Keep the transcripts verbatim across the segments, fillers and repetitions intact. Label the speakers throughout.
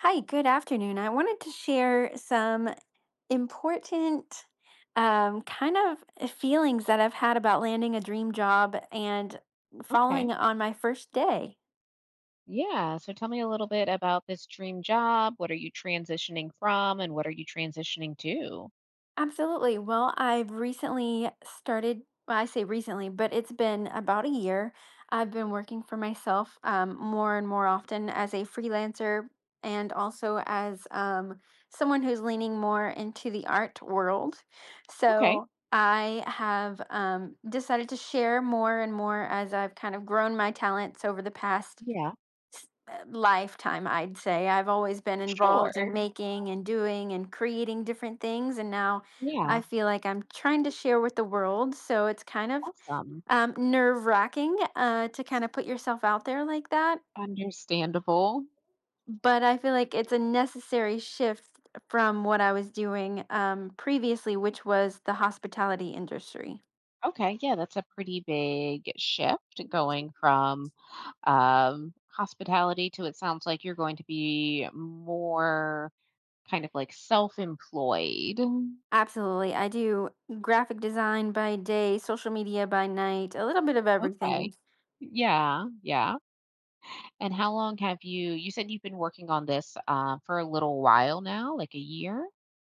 Speaker 1: Hi, good afternoon. I wanted to share some important um, kind of uh, feelings that I've had about landing a dream job and
Speaker 2: Okay.
Speaker 1: following on my first day.
Speaker 2: Yeah. So tell me a little bit about this dream job. What are you transitioning from and what are you transitioning to?
Speaker 1: Absolutely. Well, I've recently started, well, I say recently, but it's been about a year. I've been working for myself um, more and more often as a freelancer, and also as um, someone who's leaning more into the art world.
Speaker 2: Okay.
Speaker 1: So I have um, decided to share more and more as I've kind of grown my talents over the past
Speaker 2: Yeah.
Speaker 1: uh, lifetime, I'd say. I've always been
Speaker 2: Sure.
Speaker 1: involved in making and doing and creating different things. And now I
Speaker 2: Yeah.
Speaker 1: feel like I'm trying to share with the world. So it's kind of
Speaker 2: Awesome.
Speaker 1: um, nerve wracking uh, to kind of put yourself out there like that.
Speaker 2: Understandable.
Speaker 1: But I feel like it's a necessary shift from what I was doing um, previously, which was the hospitality industry.
Speaker 2: Okay. Yeah. That's a pretty big shift going from um, hospitality to it sounds like you're going to be more kind of like self employed.
Speaker 1: Absolutely. I do graphic design by day, social media by night, a little bit of
Speaker 2: Okay.
Speaker 1: everything.
Speaker 2: Yeah. Yeah. And how long have you you said you've been working on this, uh, for a little while now, like a year?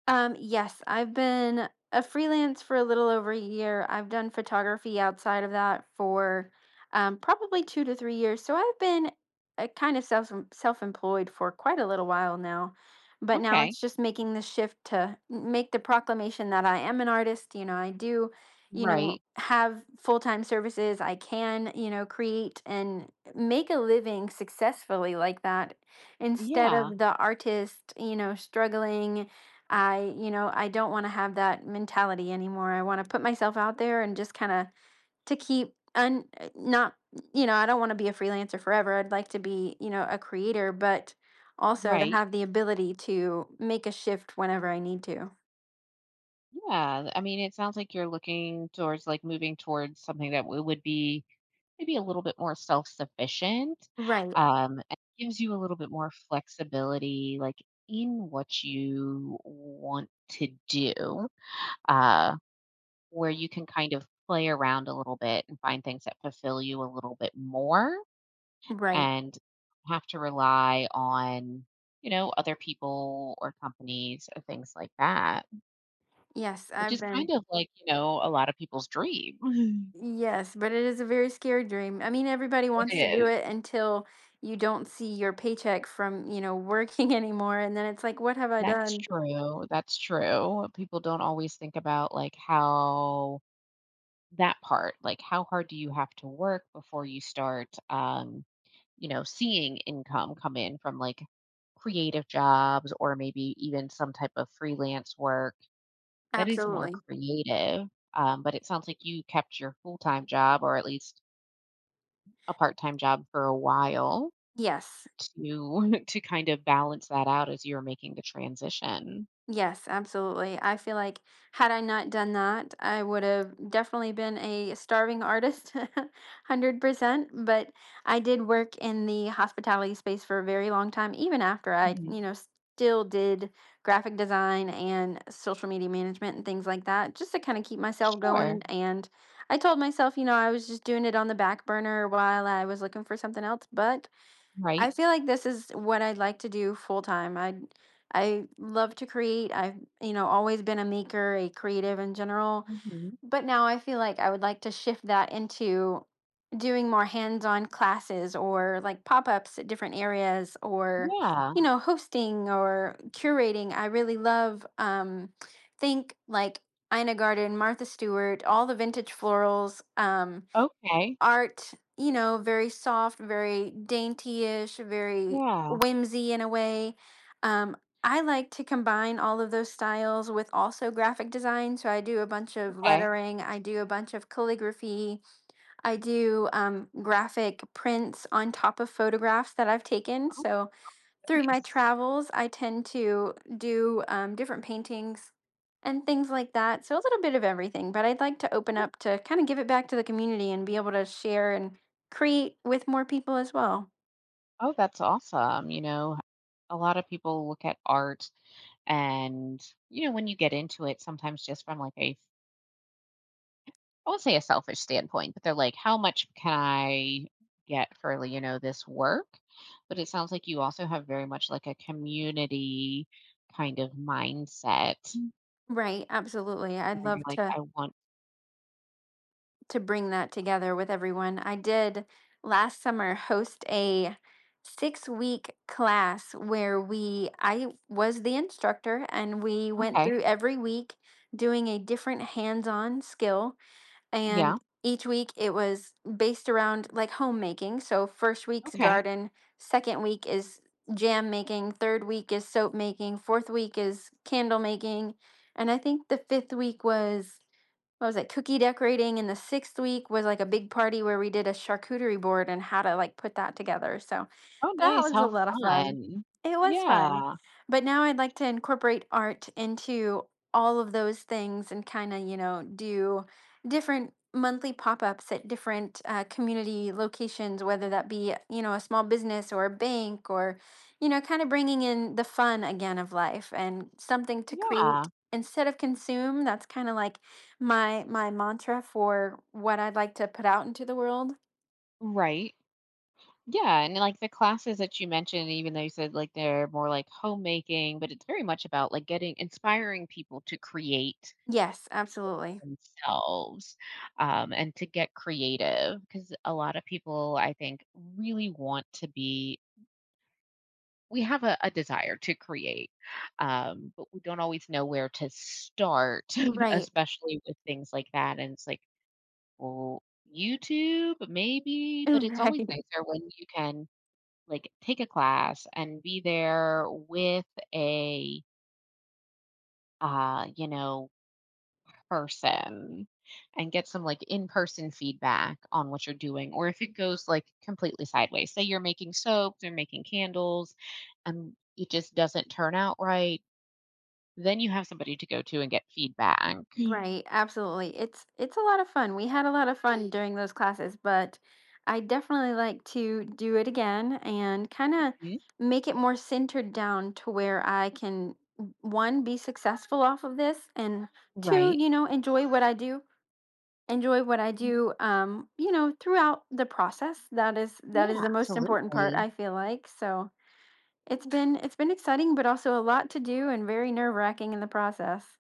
Speaker 1: Um, yes, I've been a freelance for a little over a year. I've done photography outside of that for um, probably two to three years. So I've been uh, kind of self um, self-employed for quite a little while now. But now
Speaker 2: Okay.
Speaker 1: it's just making the shift to make the proclamation that I am an artist. You know, I do, you
Speaker 2: Right.
Speaker 1: know, have full-time services. I can, you know, create and make a living successfully like that, instead
Speaker 2: Yeah.
Speaker 1: of the artist, you know, struggling. I, you know, I don't want to have that mentality anymore. I want to put myself out there and just kind of to keep un uh, not, you know, I don't want to be a freelancer forever. I'd like to be, you know, a creator, but also to
Speaker 2: Right.
Speaker 1: have the ability to make a shift whenever I need to.
Speaker 2: Yeah. I mean, it sounds like you're looking towards like moving towards something that w would be maybe a little bit more self-sufficient,
Speaker 1: Right,
Speaker 2: um, and gives you a little bit more flexibility, like, in what you want to do, uh, where you can kind of play around a little bit and find things that fulfill you a little bit more.
Speaker 1: right.
Speaker 2: And have to rely on, you know, other people or companies or things like that,
Speaker 1: Yes,
Speaker 2: which
Speaker 1: I've
Speaker 2: is kind
Speaker 1: been.
Speaker 2: of like, you know, a lot of people's dream.
Speaker 1: Yes, but it is a very scary dream. I mean, everybody
Speaker 2: It
Speaker 1: wants to do
Speaker 2: is.
Speaker 1: it until you don't see your paycheck from, you know, working anymore, and then it's like, what have I
Speaker 2: That's
Speaker 1: done?
Speaker 2: true. That's true. People don't always think about like how that part, like how hard do you have to work before you start um, you know, seeing income come in from like creative jobs or maybe even some type of freelance work that is more
Speaker 1: Absolutely.
Speaker 2: creative, um, but it sounds like you kept your full-time job or at least a part-time job for a while
Speaker 1: Yes.
Speaker 2: to to kind of balance that out as you're making the transition.
Speaker 1: Yes, absolutely. I feel like had I not done that, I would have definitely been a starving artist, one hundred percent. But I did work in the hospitality space for a very long time, even after I,
Speaker 2: Mhm.
Speaker 1: you know, still did graphic design and social media management and things like that, just to kind of keep myself
Speaker 2: Sure,
Speaker 1: going. And I told myself, you know, I was just doing it on the back burner while I was looking for something else. But I
Speaker 2: right.
Speaker 1: feel like this is what I'd like to do full time. I I love to create. I've, you know, always been a maker, a creative in general,
Speaker 2: Mhm.
Speaker 1: but now I feel like I would like to shift that into doing more hands-on classes or like pop-ups at different areas, or
Speaker 2: Yeah,
Speaker 1: you know, hosting or curating. I really love, um think like, Ina Garden, Martha Stewart, all the vintage florals. Um
Speaker 2: okay.
Speaker 1: art, you know, very soft, very dainty-ish, very
Speaker 2: Yeah,
Speaker 1: whimsy in a way. Um, I like to combine all of those styles with also graphic design. So I do a bunch of
Speaker 2: okay.
Speaker 1: lettering, I do a bunch of calligraphy, I do um, graphic prints on top of photographs that I've taken.
Speaker 2: Oh,
Speaker 1: So through my
Speaker 2: nice.
Speaker 1: travels, I tend to do um, different paintings and things like that. So a little bit of everything, but I'd like to open up to kind of give it back to the community and be able to share and create with more people as well.
Speaker 2: Oh, that's awesome, you know, a lot of people look at art and, you know, when you get into it, sometimes just from like a, I won't say a selfish standpoint, but they're like, how much can I get for, you know, this work? But it sounds like you also have very much like a community kind of mindset. Mm.
Speaker 1: Right, absolutely. I'd
Speaker 2: Where you're
Speaker 1: love
Speaker 2: like,
Speaker 1: to
Speaker 2: I want,
Speaker 1: to bring that together with everyone. I did last summer host a six-week-week class where we I was the instructor, and we went
Speaker 2: okay,
Speaker 1: through every week doing a different hands-on skill,
Speaker 2: yeah,
Speaker 1: and each week it was based around like homemaking. So first week's
Speaker 2: okay.
Speaker 1: garden, second week is jam making, third week is soap making, fourth week is candle making, and I think the fifth week was, what was it, cookie decorating, and the sixth week was like a big party where we did a charcuterie board and how to like put that together. So
Speaker 2: Oh,
Speaker 1: that
Speaker 2: nice.
Speaker 1: was a
Speaker 2: How
Speaker 1: lot of fun.
Speaker 2: fun.
Speaker 1: It was fun.
Speaker 2: Yeah.
Speaker 1: But now I'd like to incorporate art into all of those things, and kind of you know do different monthly pop-ups at different uh, community locations, whether that be you know a small business or a bank, or you know kind of bringing in the fun again of life, and something to
Speaker 2: Yeah.
Speaker 1: create instead of consume. That's kind of like my my mantra for what I'd like to put out into the world.
Speaker 2: Right. Yeah. And like the classes that you mentioned, even though you said like they're more like homemaking, but it's very much about like getting inspiring people to create
Speaker 1: Yes, absolutely.
Speaker 2: themselves, um, and to get creative because a lot of people, I think, really want to be, we have a a desire to create, um, but we don't always know where to start,
Speaker 1: Right.
Speaker 2: especially with things like that, and it's like, well, YouTube, maybe, but it's always
Speaker 1: Right.
Speaker 2: nicer when you can, like, take a class and be there with a, uh, you know, person and get some like in-person feedback on what you're doing or if it goes like completely sideways, say you're making soaps or making candles and it just doesn't turn out right, then you have somebody to go to and get feedback.
Speaker 1: Right. Absolutely. It's it's a lot of fun. We had a lot of fun during those classes, but I definitely like to do it again, and kind of
Speaker 2: Mhm.
Speaker 1: make it more centered down to where I can w- one be successful off of this, and two, right,
Speaker 2: Right.
Speaker 1: you know, enjoy what I do. enjoy what I
Speaker 2: Y-
Speaker 1: do, um, you know, throughout the process. That is
Speaker 2: yeah,
Speaker 1: that is the most important part,
Speaker 2: absolutely.
Speaker 1: I feel like. So it's been it's been exciting, but also a lot to do and very nerve wracking in the process.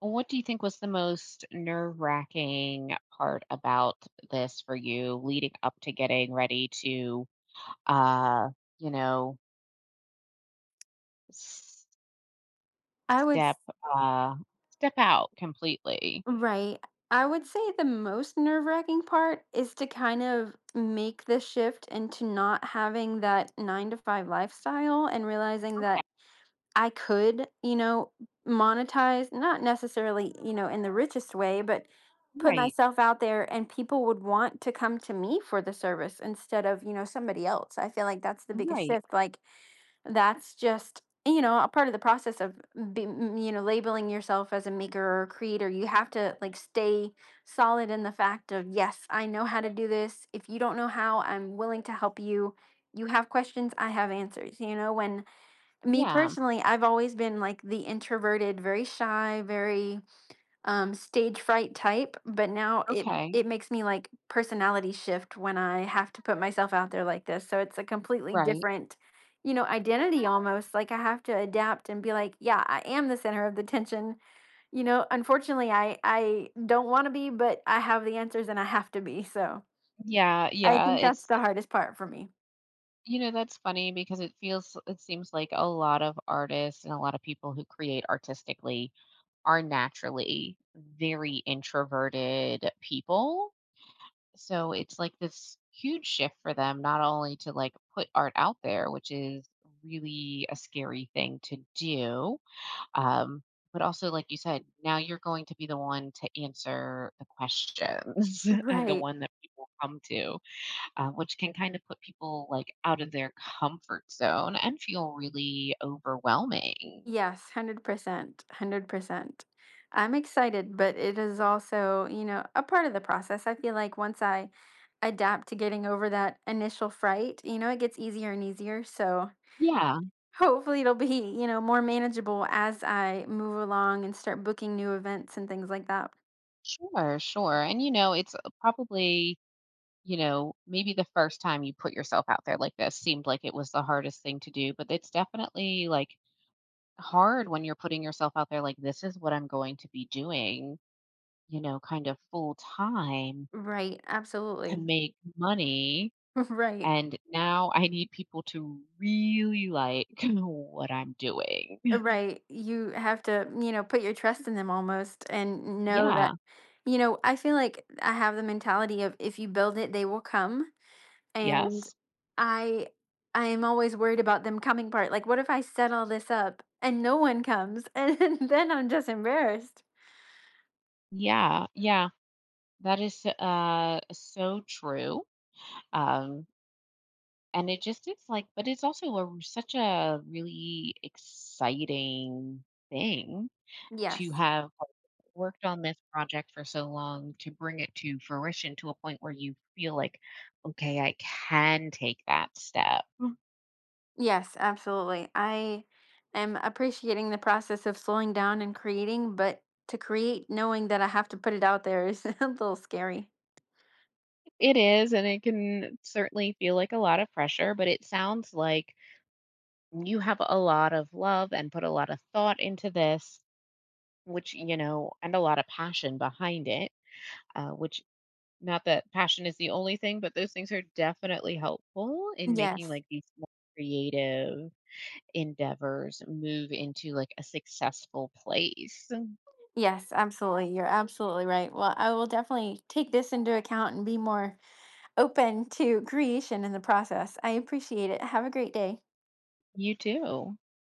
Speaker 2: What do you think was the most nerve-wracking part about this for you leading up to getting ready to uh you know,
Speaker 1: I would
Speaker 2: step,
Speaker 1: s-
Speaker 2: uh step out completely.
Speaker 1: right. I would say the most nerve wracking part is to kind of make the shift into not having that nine to five lifestyle, and realizing
Speaker 2: Okay.
Speaker 1: that I could, you know, monetize, not necessarily, you know, in the richest way, but put
Speaker 2: Right.
Speaker 1: myself out there and people would want to come to me for the service instead of, you know, somebody else. I feel like that's the biggest
Speaker 2: Right.
Speaker 1: shift. Like that's just, you know, a part of the process of, be, m- you know, labeling yourself as a maker or a creator. You have to like stay solid in the fact of, yes, I know how to do this. If you don't know how, I'm willing to help you. You have questions, I have answers. You know, when, me
Speaker 2: Yeah.
Speaker 1: personally, I've always been like the introverted, very shy, very um stage fright type, but now it
Speaker 2: Okay.
Speaker 1: it makes me like personality shift when I have to put myself out there like this. So it's a completely
Speaker 2: Right.
Speaker 1: different, you know, identity almost. Like I have to adapt and be like, yeah, I am the center of the tension. You know, unfortunately, I I don't want to be, but I have the answers and I have to be. So
Speaker 2: Yeah,
Speaker 1: I
Speaker 2: yeah,
Speaker 1: think that's
Speaker 2: it's,
Speaker 1: the hardest part for me.
Speaker 2: you know, that's funny because it feels it seems like a lot of artists and a lot of people who create artistically are naturally very introverted people. So it's like this huge shift for them not only to, like, put art out there, which is really a scary thing to do. Um, but also, like you said, now you're going to be the one to answer the questions and the
Speaker 1: Right.
Speaker 2: one that people come to, uh, which can kind of put people like out of their comfort zone and feel really overwhelming.
Speaker 1: Yes, one hundred percent, one hundred percent. I'm excited, but it is also, you know, a part of the process. I feel like once I adapt to getting over that initial fright, you know, it gets easier and easier. So
Speaker 2: Yeah,
Speaker 1: hopefully it'll be, you know, more manageable as I move along and start booking new events and things like that.
Speaker 2: sure, sure. And you know, it's uh, probably, you know, maybe the first time you put yourself out there like this seemed like it was the hardest thing to do, but it's definitely like hard when you're putting yourself out there like this is what I'm going to be doing, you know, kind of full time
Speaker 1: Right,
Speaker 2: to
Speaker 1: absolutely.
Speaker 2: make money.
Speaker 1: Right.
Speaker 2: And now I need people to really like what I'm doing.
Speaker 1: Uh, Right. You have to, you know, put your trust in them almost, and know
Speaker 2: Yeah.
Speaker 1: that, you know, I feel like I have the mentality of if you build it, they will come. And
Speaker 2: Yes.
Speaker 1: I I am always worried about them coming part. Like, what if I set all this up and no one comes, and then I'm just embarrassed.
Speaker 2: Yeah. Yeah. That is uh so true. Um, and it just is like, but it's also a, such a really exciting thing to
Speaker 1: Yes.
Speaker 2: have like worked on this project for so long to bring it to fruition to a point where you feel like, okay, I can take that step.
Speaker 1: Yes, absolutely. I am appreciating the process of slowing down and creating, but to create knowing that I have to put it out there is a little scary.
Speaker 2: It is, and it can certainly feel like a lot of pressure, but it sounds like you have a lot of love and put a lot of thought into this, which, you know, and a lot of passion behind it, uh, which, not that passion is the only thing, but those things are definitely helpful in making
Speaker 1: Yes.
Speaker 2: like these more creative endeavors move into like a successful place.
Speaker 1: Yes, absolutely. You're absolutely right. Well, I will definitely take this into account and be more open to creation in the process. I appreciate it. Have a great day.
Speaker 2: You too.